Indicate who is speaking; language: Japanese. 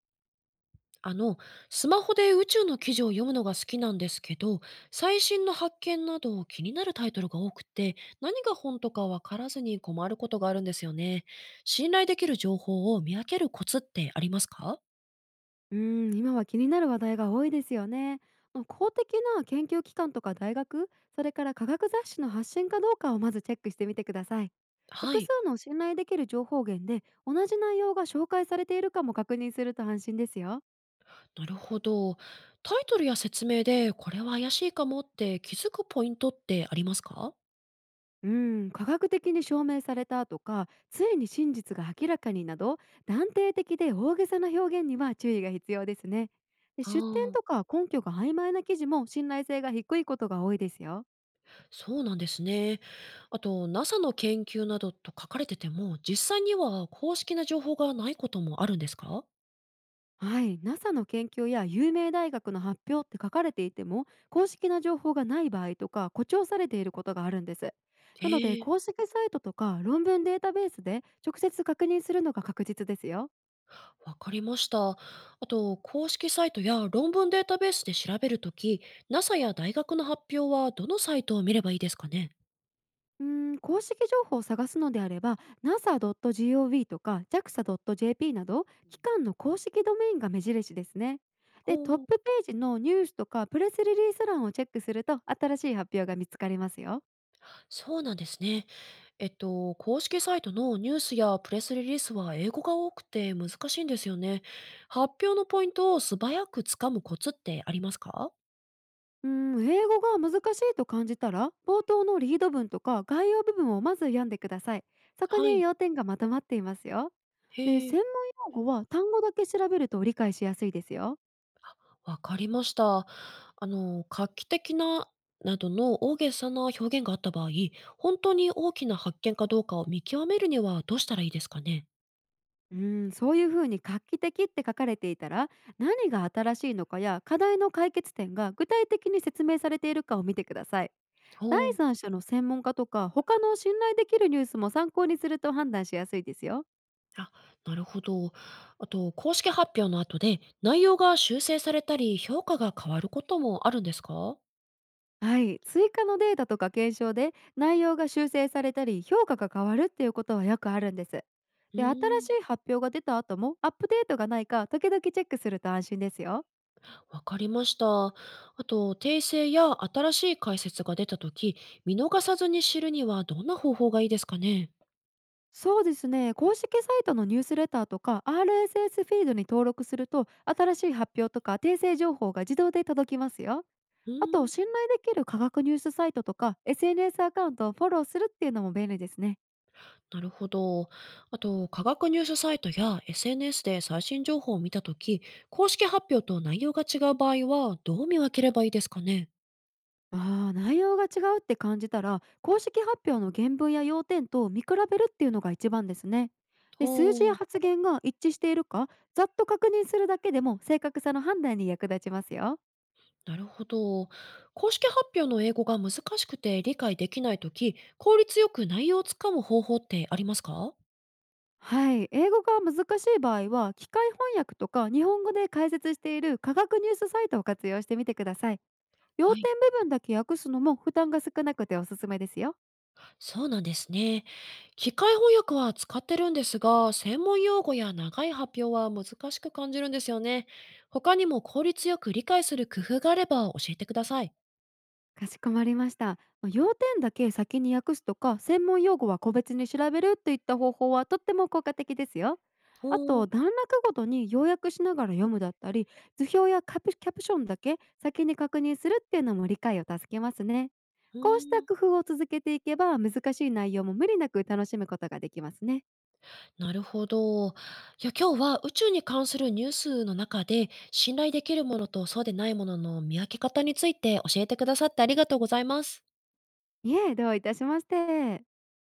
Speaker 1: あの、スマホで宇宙の記事を読むのが好きなんですけど、最新の発見など気になるタイトルが多くて、何が本とかわからずに困ることがあるんですよね。信頼できる情報を見分けるコツってありますか？
Speaker 2: うーん、今は気になる話題が多いですよね。公的な研究機関とか大学、それから科学雑誌の発信かどうかをまずチェックしてみてください。
Speaker 1: は
Speaker 2: 複数
Speaker 1: い。
Speaker 2: の信頼できる情報源で同じ内容が紹介されているかも確認すると安心ですよ。
Speaker 1: なるほど。タイトルや説明でこれは怪しいかもって気づくポイントってありますか？
Speaker 2: うーん、科学的に証明されたとか、ついに真実が明らかになど、断定的で大げさな表現には注意が必要ですね。で、
Speaker 1: あ
Speaker 2: 出典
Speaker 1: あ、
Speaker 2: とか根拠が曖昧な記事も信頼性が低いことが多いですよ。
Speaker 1: そうなんですね。あと、NASA の研究などと書かれてても、実際には公式な情報がないこともあるんですか？
Speaker 2: はい、NASA の研究や有名大学の発表って書かれていても、公式な情報がない場合とか誇張されていることがあるんです。なので、
Speaker 1: ええ、
Speaker 2: 公式サイトとか論文データベースで直接確認するのが確実ですよ。
Speaker 1: わかりました。あと、公式サイトや論文データベースで調べるとき、NASA や大学の発表はどのサイトを見ればいいですかね？
Speaker 2: うーん、公式情報を探すのであれば、 nasa.gov とか JAXA.jp など、機関の公式ドメインが目印ですね。で、トッ
Speaker 1: ほう、
Speaker 2: プページのニュースとかプレスリリース欄をチェックすると、新しい発表が見つかりますよ。
Speaker 1: そうなんですね。公式サイトのニュースやプレスリリースは英語が多くて難しいんですよね。発表のポイントを素早くつかむコツってありますか？
Speaker 2: うん、英語が難しいと感じたら、冒頭のリード文とか概要部分をまず読んでください。そこ
Speaker 1: は
Speaker 2: に
Speaker 1: い。
Speaker 2: 要点がまとまっていますよ。で、
Speaker 1: へえ。
Speaker 2: 専門用語は単語だけ調べると理解しやすいですよ。
Speaker 1: わかりました。画期的ななどの大げさな表現があった場合、本当に大きな発見かどうかを見極めるにはどうしたらいいですかね？
Speaker 2: うん、そういうふうに画期的って書かれていたら、何が新しいのかや課題の解決点が具体的に説明されているかを見てください。第
Speaker 1: ほう。
Speaker 2: 三者の専門家とか他の信頼できるニュースも参考にすると、判断しやすいですよ。
Speaker 1: あ、なるほど。あと、公式発表の後で、内容が修正されたり、評価が変わることもあるんですか？
Speaker 2: はい、追加のデータとか検証で内容が修正されたり評価が変わるっていうことはよくあるんです。
Speaker 1: う
Speaker 2: で、新
Speaker 1: ーん、
Speaker 2: しい発表が出た後もアップデートがないか時々チェックすると安心ですよ。
Speaker 1: わかりました。あと、訂正や新しい解説が出た時、見逃さずに知るにはどんな方法がいいですかね？
Speaker 2: そうですね、公式サイトのニュースレターとか RSS フィードに登録すると、新しい発表とか訂正情報が自動で届きますよ。
Speaker 1: うー
Speaker 2: あと、
Speaker 1: ん。
Speaker 2: 信頼できる科学ニュースサイトとか SNS アカウントをフォローするっていうのも便利ですね。
Speaker 1: なるほど。あと、科学ニュースサイトや SNS で最新情報を見たとき、公式発表と内容が違う場合は、どう見分ければいいですかね？
Speaker 2: ああ、内容が違うって感じたら、公式発表の原文や要点と見比べるっていうのが一番ですね。で、数字や
Speaker 1: おう。
Speaker 2: 発言が一致しているか、ざっと確認するだけでも正確さの判断に役立ちますよ。
Speaker 1: なるほど。公式発表の英語が難しくて理解できないとき、効率よく内容をつかむ方法ってありますか？
Speaker 2: はい、英語が難しい場合は、機械翻訳とか日本語で解説している科学ニュースサイトを活用してみてください。要
Speaker 1: はい。
Speaker 2: 点部分だけ訳すのも負担が少なくておすすめですよ。
Speaker 1: そうなんですね。機械翻訳は使ってるんですが、専門用語や長い発表は難しく感じるんですよね。他にも効率よく理解する工夫があれば教えてください。
Speaker 2: かしこまりました。まあ、要点だけ先に訳すとか、専門用語は個別に調べるといった方法はとっても効果的ですよ。あ
Speaker 1: ほ
Speaker 2: と、
Speaker 1: う、
Speaker 2: 段落ごとに要約しながら読むだったり、図表やカプキャプションだけ先に確認するっていうのも理解を助けますね。
Speaker 1: う
Speaker 2: こうし
Speaker 1: ー
Speaker 2: た
Speaker 1: ん、
Speaker 2: 工夫を続けていけば、難しい内容も無理なく楽しむことができますね。
Speaker 1: なるほど。いや、今日は宇宙に関するニュースの中で、信頼できるものとそうでないものの見分け方について教えてくださってありがとうございます。
Speaker 2: いえ、どういたしまして。